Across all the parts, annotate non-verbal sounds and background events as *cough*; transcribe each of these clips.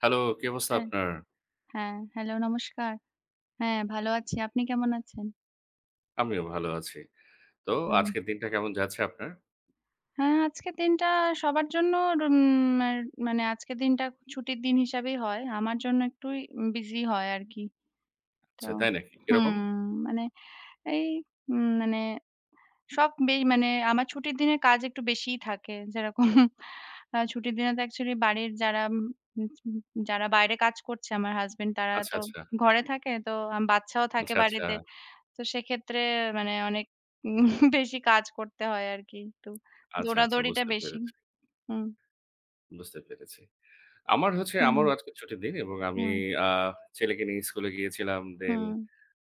Hello, কি অবস্থা হ্যাঁ, আপনার? হ্যাঁ। হ্যালো, নমস্কার। হ্যাঁ, ভালো আছি। আপনি কেমন আছেন? আমিও ভালো আছি। তো হুম। আজকের দিনটা কেমন যাচ্ছে আপনার? হ্যাঁ, আজকের দিনটা সবার জন্য উম ম্যার মানে আজকের দিনটা ছুটির দিন হিসাবেই হয়। আমার জন্য একটুই বিজি হয় আরকি। তো আচ্ছা, তাই নাকি? হুম, কিরকম? মানে এই মানে সব বেই মানে আমার ছুটির দিনে কাজ একটু বেশিই থাকে। যেরকম ছুটির দিনে তো অ্যাকচুয়ালি বাড়ির যারা বাইরে কাজ করছে, আমার হাসব্যান্ড তারা আচ্ছা, তো আচ্ছা। ঘরে থাকে। তো বাচ্চাও থাকে আচ্ছা, আচ্ছা। বাড়িতে। তো সেক্ষেত্রে মানে অনেক উম *laughs* বেশি কাজ করতে হয় আরকি। একটু আচ্ছা, আচ্ছা দৌড়াদৌড়িটা বুঝতে বেশি। পেরেছি, হুম, বুঝতে পেরেছি। আমার হচ্ছে হুম, আমারও আজকে ছুটির দিন এবং আমি হুম, আ ছেলেকে নিয়ে স্কুলে গিয়েছিলাম। দেন হুম,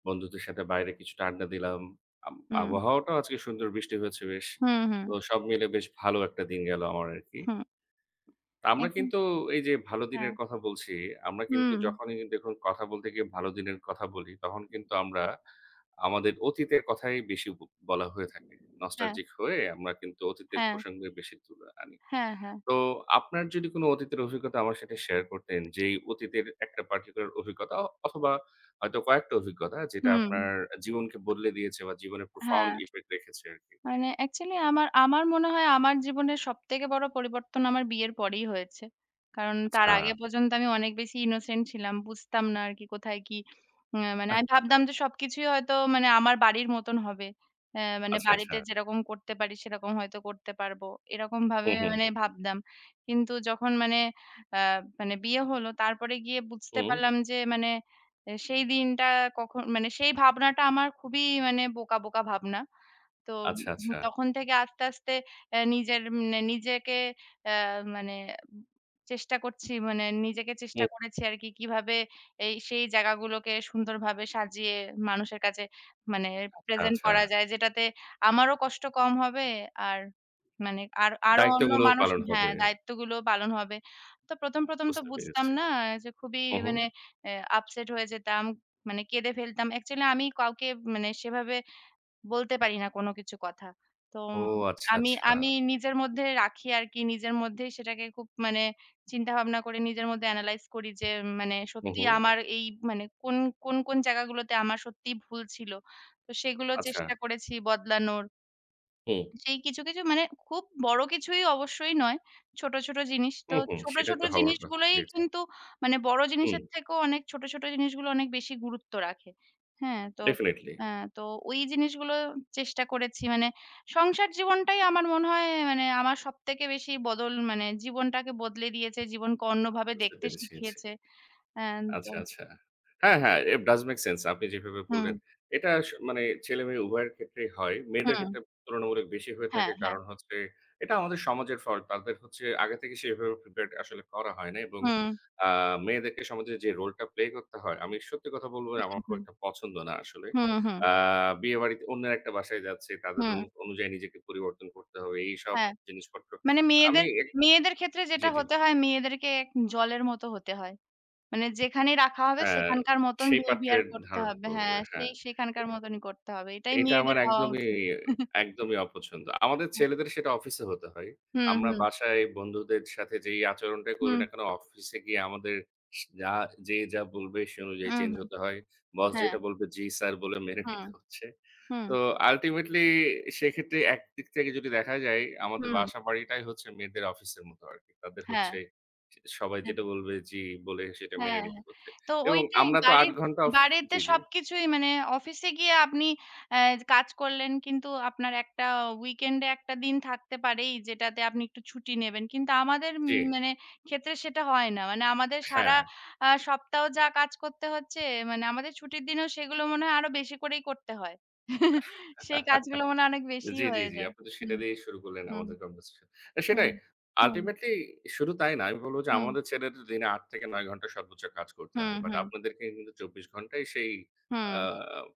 বন্ধুদের সাথে বাইরে কিছুটা আড্ডা দিলাম। আম হুম, আবহাওয়াটাও আজকে সুন্দর বৃষ্টি হয়েছে বেশ। হুম, হুম, তো সব মিলে বেশ ভালো একটা দিন গেল আমার আরকি। হুম। আমরা এখন কিন্তু এই যে ভালো হ্যাঁ, দিনের কথা বলছি, আমরা কিন্তু হুম, যখনই দেখুন কথা বলতে গিয়ে ভালো দিনের কথা বলি, তখন কিন্তু আমরা আমাদের অতীতের কথাই বেশি বলা হয়ে থাকে। হ্যাঁ, নস্টালজিক হয়ে আমরা কিন্তু অতীতের হ্যাঁ, প্রসঙ্গে বেশি তুলে আনি। হ্যাঁ, হ্যাঁ, তো আপনার যদি কোনো অতীতের অভিজ্ঞতা আমার সাথে শেয়ার করতেন, যেই অতীতের একটা পার্টিকুলার অভিজ্ঞতা অথবা হয়তো কয়েকটা অভিজ্ঞতা যেটা হুম, আপনার জীবনকে বদলে দিয়েছে বা জীবনে profound হ্যাঁ। effect রেখেছে আরকি। মানে অ্যাকচুয়ালি আমার মনে হয় আমার জীবনের সবথেকে বড় পরিবর্তন আমার বিয়ের পরেই হয়েছে। কারণ তার আচ্ছা, আগে পর্যন্ত আমি অনেক বেশি ইনোসেন্ট ছিলাম। বুঝতাম না আরকি কোথায় কি। মানে আহ, আমি ভাবতাম যে সবকিছুই হয়তো মানে আমার বাড়ির মতন হবে। মানে আচ্ছা, আচ্ছা। বাড়িতে যেরকম করতে পারি সেরকম হয়তো করতে পারবো। এরকমভাবে হুম, হুম, মানে ভাবতাম। কিন্তু যখন মানে আ মানে বিয়ে হলো তারপরে গিয়ে বুঝতে হুম। পারলাম যে মানে সেই দিনটা কখন মানে সেই ভাবনাটা আমার খুবই মানে বোকা, বোকা ভাবনা। তো আচ্ছা, আচ্ছা। তখন থেকে আস্তে, আস্তে নিজের মানে নিজেকে আ মানে চেষ্টা করছি, মানে নিজেকে চেষ্টা করেছি আরকি কিভাবে এই সেই জায়গাগুলোকে সুন্দরভাবে সাজিয়ে মানুষের কাছে মানে আচ্ছা, প্রেজেন্ট আচ্ছা। করা যায়। যেটাতে আমারও কষ্ট কম হবে আর মানে আর আরো অন্য দায়িত্বগুলোও মানুষ, পালন হ্যাঁ, হবে। দায়িত্বগুলো পালন হবে। তো ১ম তো বুঝতে বুঝতাম পেরেছি। না যে খুবই হু, হু। মানে এ আপসেট হয়ে যেতাম। মানে কেঁদে ফেলতাম। অ্যাকচুয়ালি আমি কাউকে মানে সেভাবে বলতে পারি না কোনো কিছু কথা। তো ও আচ্ছা, আমি আচ্ছা। আমি নিজের মধ্যে রাখি আরকি। নিজের মধ্যেই সেটাকে খুব মানে চিন্তাভাবনা করে নিজের মধ্যে এনালাইজ করি যে মানে হু, হু। সত্যিই আমার এই মানে কোন জায়গাগুলোতে আমার সত্যিই ভুল ছিল। তো সেগুলো আচ্ছা। চেষ্টা করেছি বদলানোর। হুম। সেই কিছু, কিছু মানে খুব বড় কিছুই অবশ্যই নয়। ছোট, ছোট জিনিস। হু, তো হু। ছোট, সেটাই ছোট তো হওয়ার কথা। জিনিসগুলোই জি, জি। কিন্তু মানে বড় হুম। জিনিসের থেকেও অনেক ছোট, ছোট জিনিসগুলো অনেক বেশি গুরুত্ব রাখে। হ্যাঁ, তো ডেফিনিটলি অ্যা তো ওই জিনিসগুলো চেষ্টা করেছি। মানে সংসার জীবনটাই আমার মনে হয় মানে আমার সবথেকে বেশি বদল, মানে জীবনটাকে বদলে দিয়েছে। জীবনকে অন্যভাবে বুঝতে দেখতে পেরেছি। জি। শিখিয়েছে। অ্যা তো আচ্ছা, আচ্ছা। হ্যাঁ, হ্যাঁ, it does make sense আপনি যেভাবে হুম, বললেন। এটা মানে ছেলে-মেয়ে উভয়ের ক্ষেত্রেই হয়। মেয়েদের হুম। ক্ষেত্রে তুলনামূলক বেশি হয়ে হ্যাঁ, থাকে। হ্যাঁ। কারণ হচ্ছে এটা আমাদের সমাজের ফল। তাদের হচ্ছে আগে থেকে সেভাবে প্রিপেয়ারড আসলে করা হয় না এবং হুম, আ মেয়েদেরকে সমাজে যে রোলটা প্লে করতে হয়, আমি সত্যি কথা বলব আমার হুম, খুব হুম। একটা পছন্দ না আসলে। হুম, হুম, আ বিয়েবাড়িতে অন্যের একটা বাসায় যাচ্ছি, তাদের হুম। অনুযায়ী নিজেকে পরিবর্তন করতে হবে। এইসব হ্যাঁ। জিনিসপত্র মানে আমি মেয়েদের এক মেয়েদের ক্ষেত্রে জি, যেটা জি। হতে হয়, মেয়েদেরকে এক জলের মতো হতে হয়। মানে যেখানে রাখা হবে হ্যাঁ, সেখানকার মতন সেই behavior পাত্রের করতে ধারণ হবে। করবে। হ্যাঁ, হ্যাঁ। সেই সেখানকার মতনই করতে হবে। এটাই এটা আমার মেয়েদের হওয়া একদমই, উচিত। *laughs* একদমই অপছন্দ। আমাদের ছেলেদের সেটা অফিসে হতে হয়। হুম, আমরা হুম, বাসায় বন্ধুদের সাথে যেই আচরণটাই করি হুম, না কেন, অফিসে গিয়ে আমাদের স যা যে যা বলবে সে অনুযায়ী হুম, চেঞ্জ হুম, হতে হয়। বস হ্যাঁ, যেটা বলবে, "জি স্যার" বলে মেনে হুম, নিতে হচ্ছে। হুম, তো আল্টিমেটলি সেক্ষেত্রে একদিক থেকে যদি দেখা যায়, আমাদের হুম, বাসা-বাড়িটাই হচ্ছে মেয়েদের অফিসের মতো আরকি। তাদের হ্যাঁ, হচ্ছে সে সবাই হ্যাঁ। যেটা বলবে, "জি" বলে সেটা মেনে হ্যাঁ, নিতে হ্যাঁ। হচ্ছে। তো এবং ওইটাই আমরা তো ৮ ঘন্টা অফ বাড়িতে জি, জি, সবকিছুই মানে অফিসে গিয়ে আপনি অ্যা কাজ করলেন কিন্তু আপনার একটা উইকেন্ডে একটা দিন থাকতে পারেই যেটাতে আপনি একটু ছুটি নেবেন। কিন্তু আমাদের জি। মানে ক্ষেত্রে সেটা হয় না। মানে আমাদের সারা হ্যাঁ। সপ্তাহ যা কাজ করতে হচ্ছে, মানে আমাদের ছুটির দিনেও সেগুলো মনে হয় আরো বেশি করেই করতে হয়। *laughs* সেই কাজগুলো মনে হয় অনেক জি, বেশিই জি, হয়ে জি। যায়। আপনি তো সেটা হুম, দিয়েই শুরু করলেন হুম, আমাদের কনভারসেশন। হুম, সেটাই। হুম, আল্টিমেটলি শুধু তাই না। আমি বলব যে হুম, আমাদের ছেলেদের দিনে ৮ থেকে ৯ ঘন্টা সর্বোচ্চ কাজ করতে হুম, হয়। বাট হুম, আপনাদেরকে কিন্তু ২৪ ঘন্টাই সেই হুম, আ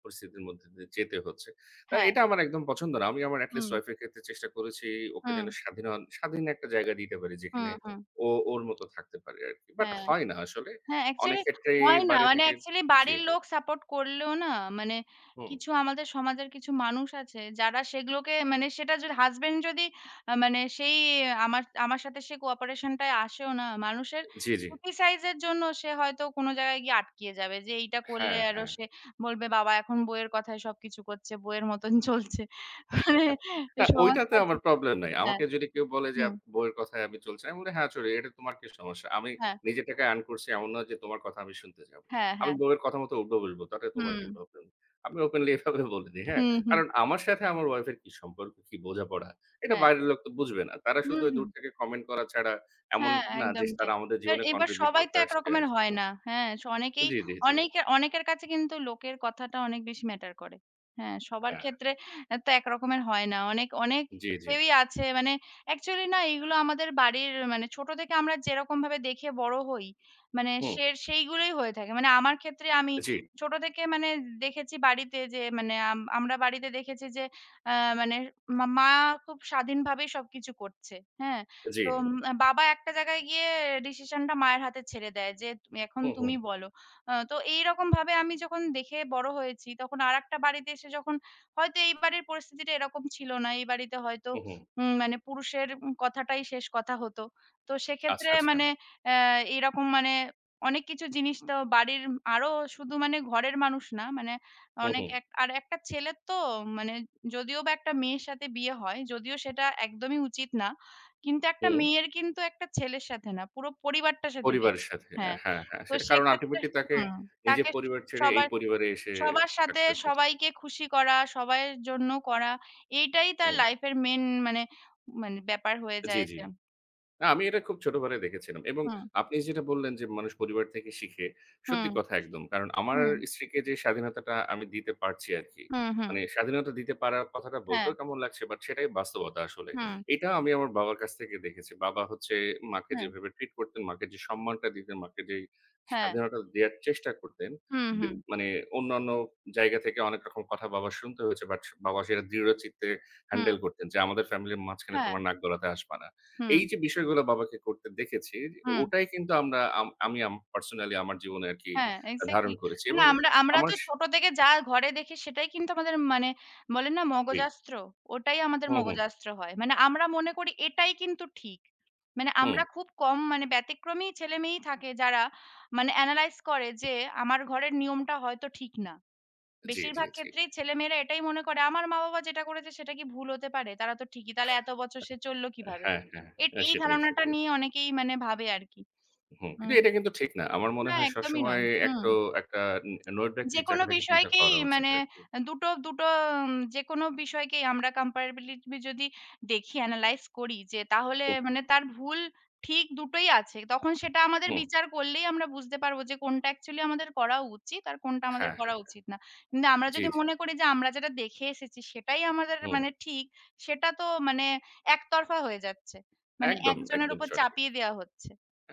পরিস্থিতির মধ্যে দিয়ে যেতে হচ্ছে। তাই হ্যাঁ, এটা আমার একদম পছন্দ না। আমি আমার এটি লিস্ট হুম, ওয়াইফ এর ক্ষেত্রে চেষ্টা করেছি ওকে হুম, যেন স্বাধীন স্বাধীন একটা জায়গা দিতে পারি হুম, যেখানে হুম। ও ওর মতো থাকতে পারে আরকি। বাট হ্যাঁ, হয় না আসলে। হ্যাঁ অনেক অ্যাকচুয়ালি ক্ষেত্রেই হয় না। বাড়ি মানে থেকে অ্যাকচুয়ালি জি। বাড়ির লোক সাপোর্ট করলেও না, মানে হুম। কিছু আমাদের সমাজের কিছু মানুষ আছে যারা সেগুলোকে মানে সেটা যদি হাসব্যান্ড যদি মানে সেই আমার আমার সাথে সেই কোঅপারেশন টায় আসেও না, মানুষের জি, জি। ক্রিটিসাইজ এর জন্য সে হয়তো কোনো জায়গায় গিয়ে আটকিয়ে যাবে যে এইটা করলে হ্যাঁ, আরো হ্যাঁ। সে বলবে, বাবা এখন বউয়ের কথায় সবকিছু করছে, বউয়ের মতন *laughs* চলছে। মানে না, ঐটাতে সমাজটা আমার ঠিক প্রবলেম নাই। হ্যাঁ, আমাকে যদি কেউ বলে যে হুম, আপ বইয়ের কথায় আমি চলছি, আমি বলি, "হ্যাঁ, চলি। এটা তোমার কি সমস্যা? আমি হ্যাঁ, নিজের টাকায় আর্ন করছি। এমন নয় যে তোমার কথা আমি শুনতে যাবো। হ্যাঁ, আমি হ্যাঁ, বউয়ের কথা মতো উঠবো বসবো। তাতে তোমার হুম, কি প্রবলেম?" আমি ওপেনলি এভাবে বলে দিই, হ্যাঁ? হুম, হুম, কারণ আমার সাথে আমার ওয়াইফের কি সম্পর্ক, কি বোঝাপড়া? এটা হ্যাঁ, বাইরের লোক তো বুঝবে না। তারা শুধু হুম, ওই দূর হুম। থেকে কমেন্ট করা ছাড়া এমন হ্যাঁ, না যে একদমই তাই। তারা আমাদের আর জীবনে এবার কন্ট্রিবিউট সবাই করতে তো আসছে একরকমের আসলে। হয় না। হ্যাঁ, অনেকেই, জি, জি, জি। অনেকে অনেকের কাছে কিন্তু লোকের কথাটা অনেক বেশি ম্যাটার করে। হ্যাঁ, সবার হ্যাঁ, ক্ষেত্রে তো একরকমের হয় না। অনেক, অনেক জি, জি। কেউই আছে মানে অ্যাকচুয়ালি না, এগুলো আমাদের বাড়ির মানে ছোট থেকে আমরা যেরকমভাবে দেখে বড় হই, মানে হুম, সেইগুলোই হয়ে থাকে। মানে আমার ক্ষেত্রে আমি জি, ছোট থেকে মানে দেখেছি বাড়িতে যে মানে আমরা বাড়িতে দেখেছি যে আ মানে মা মা খুব স্বাধীনভাবেই সবকিছু করছে। হ্যাঁ? জি। তো উম আ বাবা একটা জায়গায় গিয়ে ডিসিশনটা মায়ের হাতে ছেড়ে দেয় যে, "তুমি এখন হুম, হুম, তুমি বলো।" তো এইরকমভাবে আমি যখন দেখে বড় হয়েছি, তখন আরেকটা বাড়িতে এসে যখন হয়তো এই বাড়ির পরিস্থিতিটা এরকম ছিল না। এই বাড়িতে হয়তো হুম, হুম। মানে পুরুষের কথাটাই শেষ কথা হতো। তো আচ্ছা, সেক্ষেত্রে আচ্ছা। মানে এরকম মানে অনেক কিছু জিনিস তো বাড়ির আরো শুধু মানে ঘরের মানুষ না, মানে হুম, অনেক হুম, এক আর একটা ছেলের তো মানে যদিও বা একটা মেয়ের সাথে বিয়ে হয়, যদিও সেটা একদমই উচিত না। কিন্তু একটা হুম। মেয়ের কিন্তু একটা ছেলের সাথে না, পুরো পরিবারটার সাথে বিয়ে পরিবারের হয়। সাথে। হ্যাঁ। হ্যাঁ, হ্যাঁ। তো সেটা কারণ সেক্ষেত্রে আল্টিমেটলি তাকে হুম, নিজের তাকে পরিবার ছেড়ে এই সবার পরিবারে এসে সবার সাথে থাকতে হচ্ছে। সবাইকে খুশি করা, সবাইয়ের জন্য করা, এইটাই তার হুম। লাইফের মেইন মানে মানে ব্যাপার হয়ে জি, যায় জি। যে না, আমি এটা খুব ছোটবেলায় দেখেছিলাম এবং হুম, আপনি যেটা বললেন যে, মানুষ পরিবার থেকে শিখে, সত্যি হুম, কথা একদম। কারণ আমার হুম, স্ত্রীকে যে স্বাধীনতাটা আমি দিতে পারছি আরকি। হুম, হুম, মানে স্বাধীনতা দিতে পারার কথাটা হ্যাঁ, বলতেও কেমন লাগছে বাট সেটাই বাস্তবতা আসলে। হুম, এটা আমি আমার বাবার কাছ থেকে দেখেছি। বাবা হচ্ছে মাকে হুম, যেভাবে ট্রিট করতেন, মাকে যে সম্মানটা দিতেন, মাকে যেই হ্যাঁ, স্বাধীনতা দেয়ার চেষ্টা করতেন, হুম, বি হুম, মানে অন্যান্য জায়গা থেকে অনেক রকম কথা বাবার শুনতে হয়েছে বাট বাবা সেটা দৃঢ়চিত্তে হুম, হ্যান্ডেল করতেন যে, "আমাদের ফ্যামিলির মাঝখানে হ্যাঁ, তোমার নাক গলাতে আসবা না।" হুম, এই যে বিষয়গুলো বাবাকে করতে দেখেছি, হুম। ওটাই কিন্তু আমরা আম আমি আম পার্সোনালি আমার জীবনে আরকি হ্যাঁ, ধারণ এক্সাক্টলি। করেছি মানে এবং আমরা আমরা আমার তো স ছোট থেকে যা ঘরে দেখি সেটাই কিন্তু আমাদের মানে বলে না জি। মগজাস্ত্র, ওটাই আমাদের হুম, হুম, মগজাস্ত্র হয়। মানে আমরা মনে করি এটাই কিন্তু ঠিক। মানে হুম। আমরা খুব কম মানে ব্যতিক্রমী ছেলেমেয়েই থাকে যারা মানে এনালাইজ করে যে আমার ঘরের নিয়মটা হয়তো ঠিক না। জি, জি, বেশিরভাগ জি। ক্ষেত্রেই ছেলেমেয়েরা এটাই মনে করে আমার মা-বাবা যেটা করেছে সেটা কি ভুল হতে পারে? তারা তো ঠিকই। তাহলে এত বছর সে চলল কিভাবে? হ্যাঁ, হ্যাঁ, হ্যাঁ। এই সেটাই, ধারণাটা সেটাই। নিয়ে অনেকেই মানে ভাবে আরকি। হুম। কিন্তু হুম। এটা কিন্তু ঠিক না। আমার মনে না হয় একদমই সবসময় নয়। হুম। একটো একটা নৈর্ব্যক্তিক জায়গা যেকোনো থেকে চিন্তা বিষয়কেই করা উচিত মানে আরকি। দুটো দুটো যেকোনো বিষয়কেই আমরা comparability যদি দেখি analyze করি যে, তাহলে হুম, মানে তার ভুল ঠিক দুটোই আছে। তখন সেটা আমাদের হুম। বিচার করলেই আমরা বুঝতে পারবো যে কোনটা actually আমাদের করা উচিত আর কোনটা আমাদের হ্যাঁ, করা হ্যাঁ। উচিত না। কিন্তু আমরা জি, যদি জি। মনে করি যে আমরা যেটা দেখে এসেছি সেটাই আমাদের হুম। মানে ঠিক, সেটা তো মানে একতরফা হয়ে যাচ্ছে। মানে একদম, একজনের একদম উপর সঠিক। চাপিয়ে দেওয়া হচ্ছে।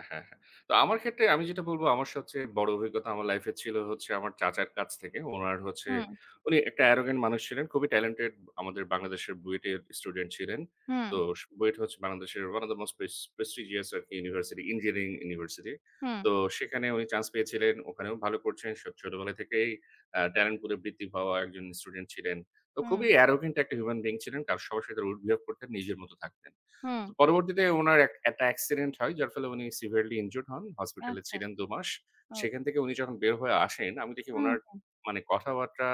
হ্যাঁ, হ্যাঁ। তো আমার ক্ষেত্রে আমি যেটা বলব আমার সবচেয়ে বড় অভিজ্ঞতা আমার লাইফ এ ছিল হচ্ছে আমার চাচার কাছ থেকে। উনার হচ্ছে হুম, উনি একটা arrogant মানুষ ছিলেন। খুবই talented আমাদের বাংলাদেশের বুয়েটের স্টুডেন্ট ছিলেন। হুম, তো বুয়েট হচ্ছে বাংলাদেশের one of the most prestigious আরকি ইউনিভার্সিটি, ইঞ্জিনিয়ারিং ইউনিভার্সিটি। হুম, তো সেখানে উনি চান্স পেয়েছিলেন। ওখানেও ভালো করছেন। ছোটবেলা থেকেই ট্যালেন্ট পুলে বৃত্তি পাওয়া একজন স্টুডেন্ট ছিলেন। তো হুম, খুবই arrogant একটা হিউম্যান বিইং ছিলেন। কারণ সবার সাথে উদ্বিহেভ করতেন, নিজের মতো থাকতেন। হুম, তো পরবর্তীতে উনার একটা অ্যাক্সিডেন্ট হয় যার ফলে উনি সিভিয়ারলি ইনজুরড হন। হসপিটালে আচ্ছা। ছিলেন ২ মাস। ও সেখান থেকে উনি যখন বের হয়ে আসেন, আমি দেখি উনার হুম, মানে কথাবার্তা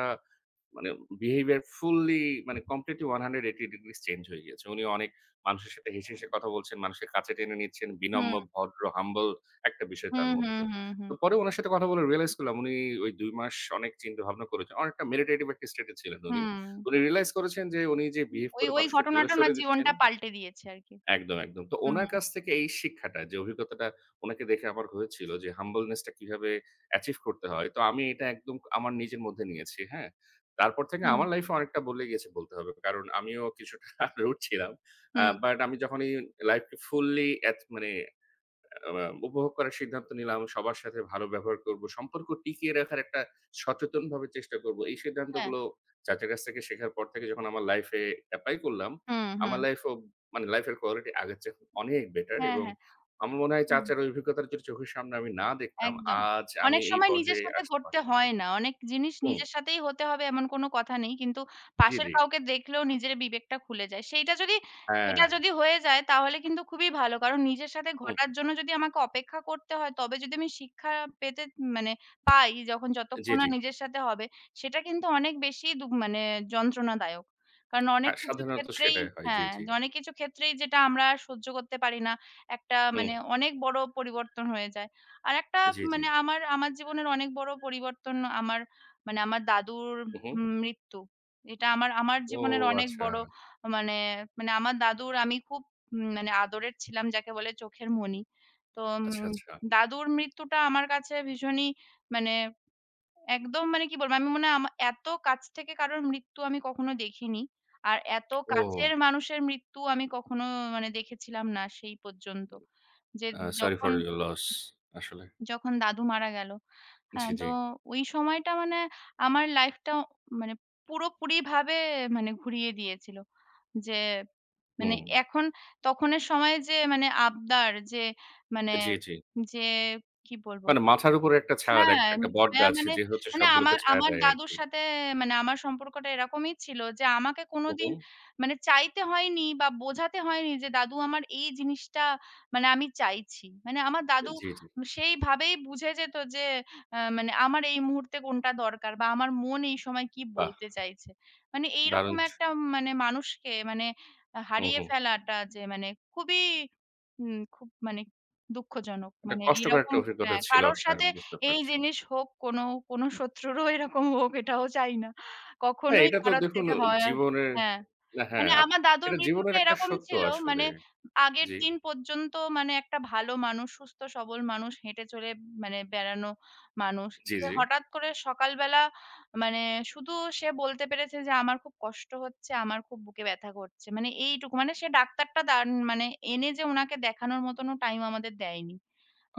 মানে বিহেভিয়ার ফুললি মানে কমপ্লিটলি ১৮০ ডিগ্রিস চেঞ্জ হয়ে গিয়েছে। উনি অনেক মানুষের সাথে হেসে, হেসে কথা বলছেন, মানুষের কাছে টেনে নিচ্ছেন, বিনম্র, হুম। ভদ্র, হাম্বল একটা বিষয় তার হুম, হুম, মধ্যে। হুম, তো হুম, পরে উনার সাথে কথা বলে রিয়ালাইজ করলাম উনি ওই ২ মাস অনেক চিন্তাভাবনা করেছেন। অনেকটা মেডিটেটিভ একটা স্টেট এ ছিলেন উনি। হুম। উনি রিয়ালাইজ করেছেন যে উনি যে বিহেভ ওই করে ওই মানুষকে দূরে ঘটনাটা ওনার সরে দিচ্ছেন জীবনটা পাল্টে দিয়েছে আরকি। একদম, একদম। তো হুম, উনার কাছ থেকে এই শিক্ষাটা যে অভিজ্ঞতাটা উনাকে দেখে আমার হয়েছিল যে humbleness টা কিভাবে achieve করতে হয়। তো আমি এটা একদম আমার নিজের মধ্যে নিয়েছি, হ্যাঁ? তারপর থেকে হুম, আমার লাইফ এ অনেকটা বদলে গেছে বলতে হবে। কারণ আমিও কিছুটা *laughs* রুট ছিলাম। হুম, বাট আমি যখনই লাইফকে ফুললি এত মানে আ উপভোগ করার সিদ্ধান্ত নিলাম। সবার সাথে ভালো ব্যবহার করব। সম্পর্ক টিকিয়ে রাখার একটা সচেতনভাবে চেষ্টা করব। এই হ্যাঁ, সিদ্ধান্তগুলো চাচার কাছ থেকে শেখার পর থেকে যখন আমার লাইফ এ এপ্লাই করলাম, হুম, আমার হুম, লাইফেও মানে লাইফের কোয়ালিটি আগের চেয়ে এখন অনেক বেটার হ্যাঁ, এবং আমার মনে হয় চাচার হ্যাঁ। ওই অভিজ্ঞতাটা যদি চোখের সামনে আমি না দেখতাম, একদম। আজ আমি অনেক এই সময় নিজের পর্যায়ে সাথে আসতে ঘটতে পারতাম না। হয় না। অনেক জিনিস হুম, নিজের সাথেই হতে হবে এমন কোনো কথা নেই। কিন্তু জি, পাশের জি। কাউকে দেখলেও নিজের বিবেকটা খুলে যায়। হ্যাঁ, সেইটা যদি হয়ে যায় তাহলে কিন্তু খুবই ভালো। কারণ নিজের সাথে হুম, ঘটার জন্য যদি আমাকে অপেক্ষা করতে হয় তবে যদি আমি শিক্ষা পেতে মানে পাই যখন, জি, যতক্ষণ না জি। নিজের সাথে হবে, সেটা কিন্তু অনেক বেশি মানে যন্ত্রণাদায়ক। কারণ অনেক হ্যাঁ, কিছু সাধারণত ক্ষেত্রেই সেটাই হয়। জি, হ্যাঁ, জি। অনেক কিছু ক্ষেত্রেই যেটা আমরা আর সহ্য করতে পারি না। একটা হুম, মানে অনেক বড় পরিবর্তন হয়ে যায়। আরেকটা জি, জি। মানে আমার আমার জীবনের অনেক বড় পরিবর্তন আমার মানে আমার দাদুর হু, হু। মৃত্যু। এটা আমার আমার ও জীবনের অনেক আচ্ছা। বড় মানে মানে আমার দাদুর, আমি খুব মানে আদরের ছিলাম যাকে বলে চোখের মণি। তো আচ্ছা, আচ্ছা। দাদুর মৃত্যুটা আমার কাছে ভীষণই মানে একদম মানে কি বলবো? আমি মনে হয় এত কাছ থেকে কারোর মৃত্যু আমি কখনো দেখিনি। আর এত ও। কাছের মানুষের মৃত্যু আমি কখনো মানে দেখেছিলাম না সেই পর্যন্ত। যে সরি যখন ফর ইওর লস আসলে। যখন দাদু মারা গেল। জি, হ্যাঁ, জি। তো ওই সময়টা মানে আমার লাইফটা মানে পুরোপুরিভাবে মানে ঘুরিয়ে দিয়েছিল। যে মানে হুম। এখন তখনের সময়ে যে মানে আবদার যে মানে জি, জি। যে কি বলব? মানে মাথার উপরে একটা ছাদ, এক হ্যাঁ, একটা ছায়া বটগাছ মানে, যে হচ্ছে সবগুলোকে আমার ছায়া আমার দেয় দাদুর আরকি। সাথে মানে আমার সম্পর্কটা এরকমই ছিল যে আমাকে হু, হু। কোনোদিন মানে চাইতে হয়নি বা বোঝাতে হয়নি যে দাদু আমার এই জিনিসটা মানে আমি চাইছি। মানে আমার দাদু জি, জি। সেইভাবেই বুঝে যেত যে মানে আমার এই মুহূর্তে কোনটা দরকার বা আমার মন এই সময় কি বাহ! বলতে চাইছে। মানে দারুণ এইরকম ছ একটা মানে মানুষকে মানে হুম, হারিয়ে হুম। ফেলাটা যে মানে খুবই খুব মানে দুঃখজনক। একটা মানে কষ্টকর এরকম একটা অভিজ্ঞতা হ্যাঁ, ছিল কারোর আপনার সাথে বুঝতে এই পারছি। জিনিস হোক, কোনো, কোনো শত্রুরও এরকম হোক এটাও চাই না। হ্যাঁ, কখনোই এটা তো কারোর দেখুন থেকে হয় জীবনের হ্যাঁ, হ্যাঁ, মানে আমার দাদুর এটা জীবনের মৃত্যুটা একটা এরকম সত্য ছিল আসলে। মানে আগের জি, দিন পর্যন্ত মানে একটা ভালো মানুষ, সুস্থ সবল মানুষ, হেঁটে চলে মানে বেড়ানো মানুষ। জি, সে জি। হঠাৎ করে সকালবেলা মানে শুধু সে বলতে পেরেছে যে, "আমার খুব কষ্ট হচ্ছে, আমার খুব বুকে ব্যথা করছে।" মানে এইটুকু। মানে সে ডাক্তারটা মানে এনে যে উনাকে দেখানোর মতনও টাইম আমাদের দেয়নি।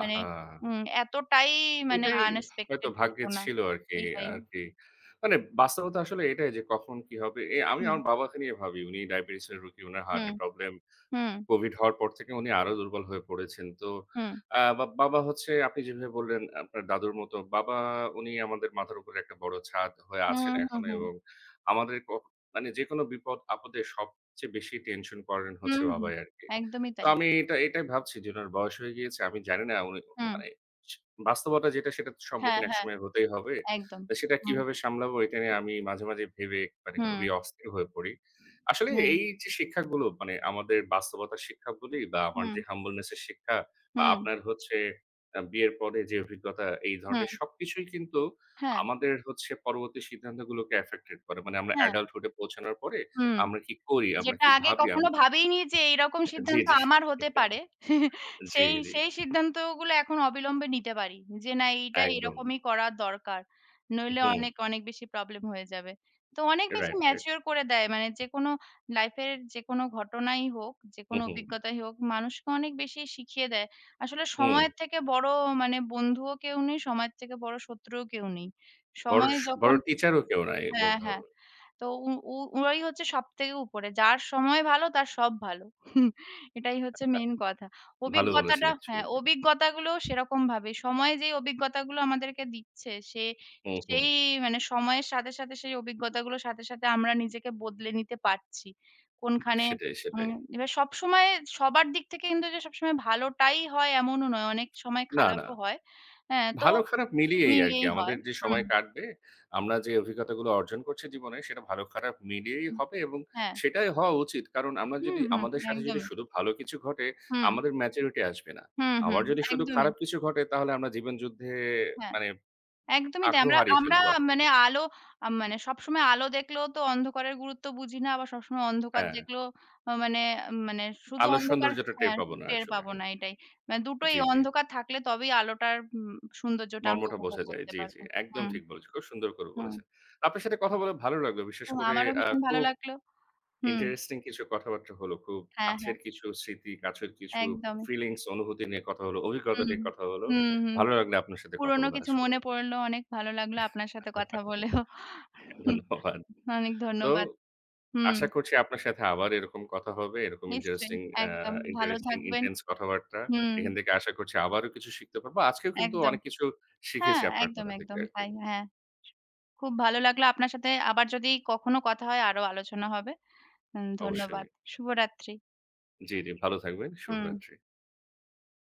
মানে আহা! এতটাই মানে এটাই হয়তো আনএক্সপেক্টেড ভাগ্যে ঘটনা। ছিল আরকি, এইটাই। আরকি। মানে বাস্তবতা আসলে এটাই যে কখন কি হবে। আমি হুম, আমার বাবাকে নিয়ে ভাবি। উনি ডায়াবেটিসের রোগী, উনার হার্ট হুম, এর প্রবলেম। হুম, কোভিড হওয়ার পর থেকে উনি আরো দুর্বল হয়ে পড়েছেন। তো হুম, আ বা বাবা হচ্ছে আপনি যেভাবে বললেন আপনার দাদুর মতো, বাবা উনি আমাদের মাথার উপরে একটা বড় ছাদ হয়ে হুম, আছেন হুম, এখনো হুম, এবং আমাদের ক মানে যেকোনো বিপদ আপদে সবচেয়ে বেশি টেনশন করেন হচ্ছে হুম, হুম। বাবাই আরকি। একদমই তো তাই। আমি এটাই ভাবছি যে উনার বয়স হয়ে গিয়েছে। আমি জানি না উনি হুম। মানে সে বাস্তবতা যেটা সেটার হ্যাঁ, সম্মুখীন হ্যাঁ, একসময় হতেই হবে। একদম। তো সেটা হুম, কিভাবে সামলাবো এটা নিয়ে আমি মাঝে, মাঝে ভেবে মানে হুম, খুবই অস্থির হয়ে পড়ি। আসলে হুম, এই যে শিক্ষাগুলো মানে আমাদের বাস্তবতার শিক্ষা বলি বা আমার হুম, যে humbleness এর শিক্ষা বা হুম, আপনার হচ্ছে বিয়ের পরে যে অভিজ্ঞতা এই হুম, ধরনের সবকিছুই কিন্তু হ্যাঁ, আমাদের হচ্ছে পরবর্তী সিদ্ধান্তগুলোকে affected করে। মানে আমরা হ্যাঁ, adulthood এ পৌঁছানোর পরে হুম। আমরা কি করি, আমরা যেটা কি আগে ভাবি কখনো আমরা ভাবিনি যে এইরকম *laughs* জি, সিদ্ধান্ত জি। আমার হতে পারে। *laughs* জি, সেই জি। সেই সিদ্ধান্তগুলো এখন অবিলম্বে নিতে পারি। যে না, এইটা একদম। এরকমই করা দরকার। নইলে হুম। অনেক, অনেক বেশি প্রবলেম হয়ে যাবে। তো অনেক বেশি রাইট, রাইট। ম্যাচিউর করে দেয়। মানে যেকোনো লাইফের যেকোনো ঘটনাই হোক, হু, যেকোনো হু, অভিজ্ঞতাই হোক, মানুষকে অনেক বেশি শিখিয়ে দেয়। আসলে হুম। সময়ের থেকে বড় মানে বন্ধুও কেউ নেই, সময়ের থেকে বড় শত্রুও কেউ নেই। সময় যখন বড় টিচারও কেউ নাই হ্যাঁ, বলতে হ্যাঁ। হবে। তো উ উ ওরাই হচ্ছে সবথেকে উপরে। যার সময় ভালো তার সব ভালো। *laughs* এটাই হচ্ছে মেইন কথা। ভালো বলেছেন অভিজ্ঞতাটা হ্যাঁ, অ্যাকচুয়ালি। অভিজ্ঞতাগুলো সেরকমভাবে, সময় যেই অভিজ্ঞতাগুলো আমাদেরকে দিচ্ছে হুম, হুম। সেই মানে সময়ের সাথে, সাথে সেই অভিজ্ঞতাগুলোর সাথে, সাথে আমরা নিজেকে বদলে নিতে পারছি। কোনখানে সেটাই, সেটাই। উম এবার সবসময় সবার দিক থেকে কিন্তু যে সবসময় ভালোটাই হয় এমনও নয়। অনেক সময় না, না। খারাপও হয়। হ্যাঁ, তো ভালো খারাপ মিলিয়েই আরকি মিলিয়েই হয়। আমাদের যে হুম, সময় কাটবে, আমরা যে অভিজ্ঞতাগুলো অর্জন করছি জীবনে সেটা ভালো খারাপ মিলিয়েই হুম। হবে এবং হ্যাঁ। সেটাই হওয়া উচিত। কারণ আমরা হুম, যদি হুম। আমাদের সাথে যদি একদমই। শুধু ভালো কিছু ঘটে, হুম। আমাদের ম্যাচুরিটি আসবে না। হুম, আবার হুম। যদি শুধু একদমই। খারাপ কিছু ঘটে তাহলে আমরা জীবন যুদ্ধে হ্যাঁ, মানে একদমই তাই। আগ্রহ আমরা হারিয়ে আমরা ফেলবো আরকি। মানে মানে সবসময় আলো দেখলেও তো অন্ধকারের গুরুত্ব বুঝি না। আবার সবসময় অন্ধকার হ্যাঁ, দেখলেও মানে মানে শুধু আলোর অন্ধকার সৌন্দর্যটা টের হ্যাঁ, পাবো না টের আসলে। পাবো না এটাই। মানে দুটোই জি, জি। অন্ধকার থাকলে তবেই আলোটার সৌন্দর্যটা আমরা মর্মটা উপভোগ বোঝা যায়। করতে জি, জি। পারবো। একদম হুম, ঠিক বলেছেন। খুব সুন্দর করে হুম। বলেছেন। আপনার সাথে কথা বলে ভালো লাগলো। বিশেষ তো করে আমারও ভীষণ ভালো খুব লাগলো। হুম। ইন্টারেস্টিং কিছু কথাবার্তা হলো। খুব হ্যাঁ, কাছের হ্যাঁ। কিছু স্মৃতি, কাছের কিছু একদমই। ফিলিংস, অনুভূতি নিয়ে কথা হলো, অভিজ্ঞতা হুম, নিয়ে কথা হলো। হুম, হুম। ভালো লাগলো আপনার সাথে কথা পুরনো বলে কিছু আসলে। মনে পড়লো। অনেক ভালো লাগলো আপনার সাথে কথা *laughs* বলেও। হুম, ধন্যবাদ। অনেক তো ধন্যবাদ। হুম। আশা করছি আপনার সাথে আবার এরকম কথা হবে। এরকম নিশ্চয়ই, ইন্টারেস্টিং আ একদম। ভালো ইন্টারেস্টিং থাকবেন। ইনটেন্স কথাবার্তা। হুম, এখান থেকে আশা করছি আবারও কিছু শিখতে পারবো। আজকেও কিন্তু একদম। অনেক কিছু হ্যাঁ, শিখেছি আপনার একদম, কথা থেকে একদম আরকি। তাই। হ্যাঁ। খুব ভালো লাগলো আপনার সাথে। আবার যদি কখনো কথা হয় আরো আলোচনা হবে। হুম, অবশ্যই। ধন্যবাদ। শুভরাত্রি। জি, জি। ভালো থাকবেন। হুম। শুভরাত্রি।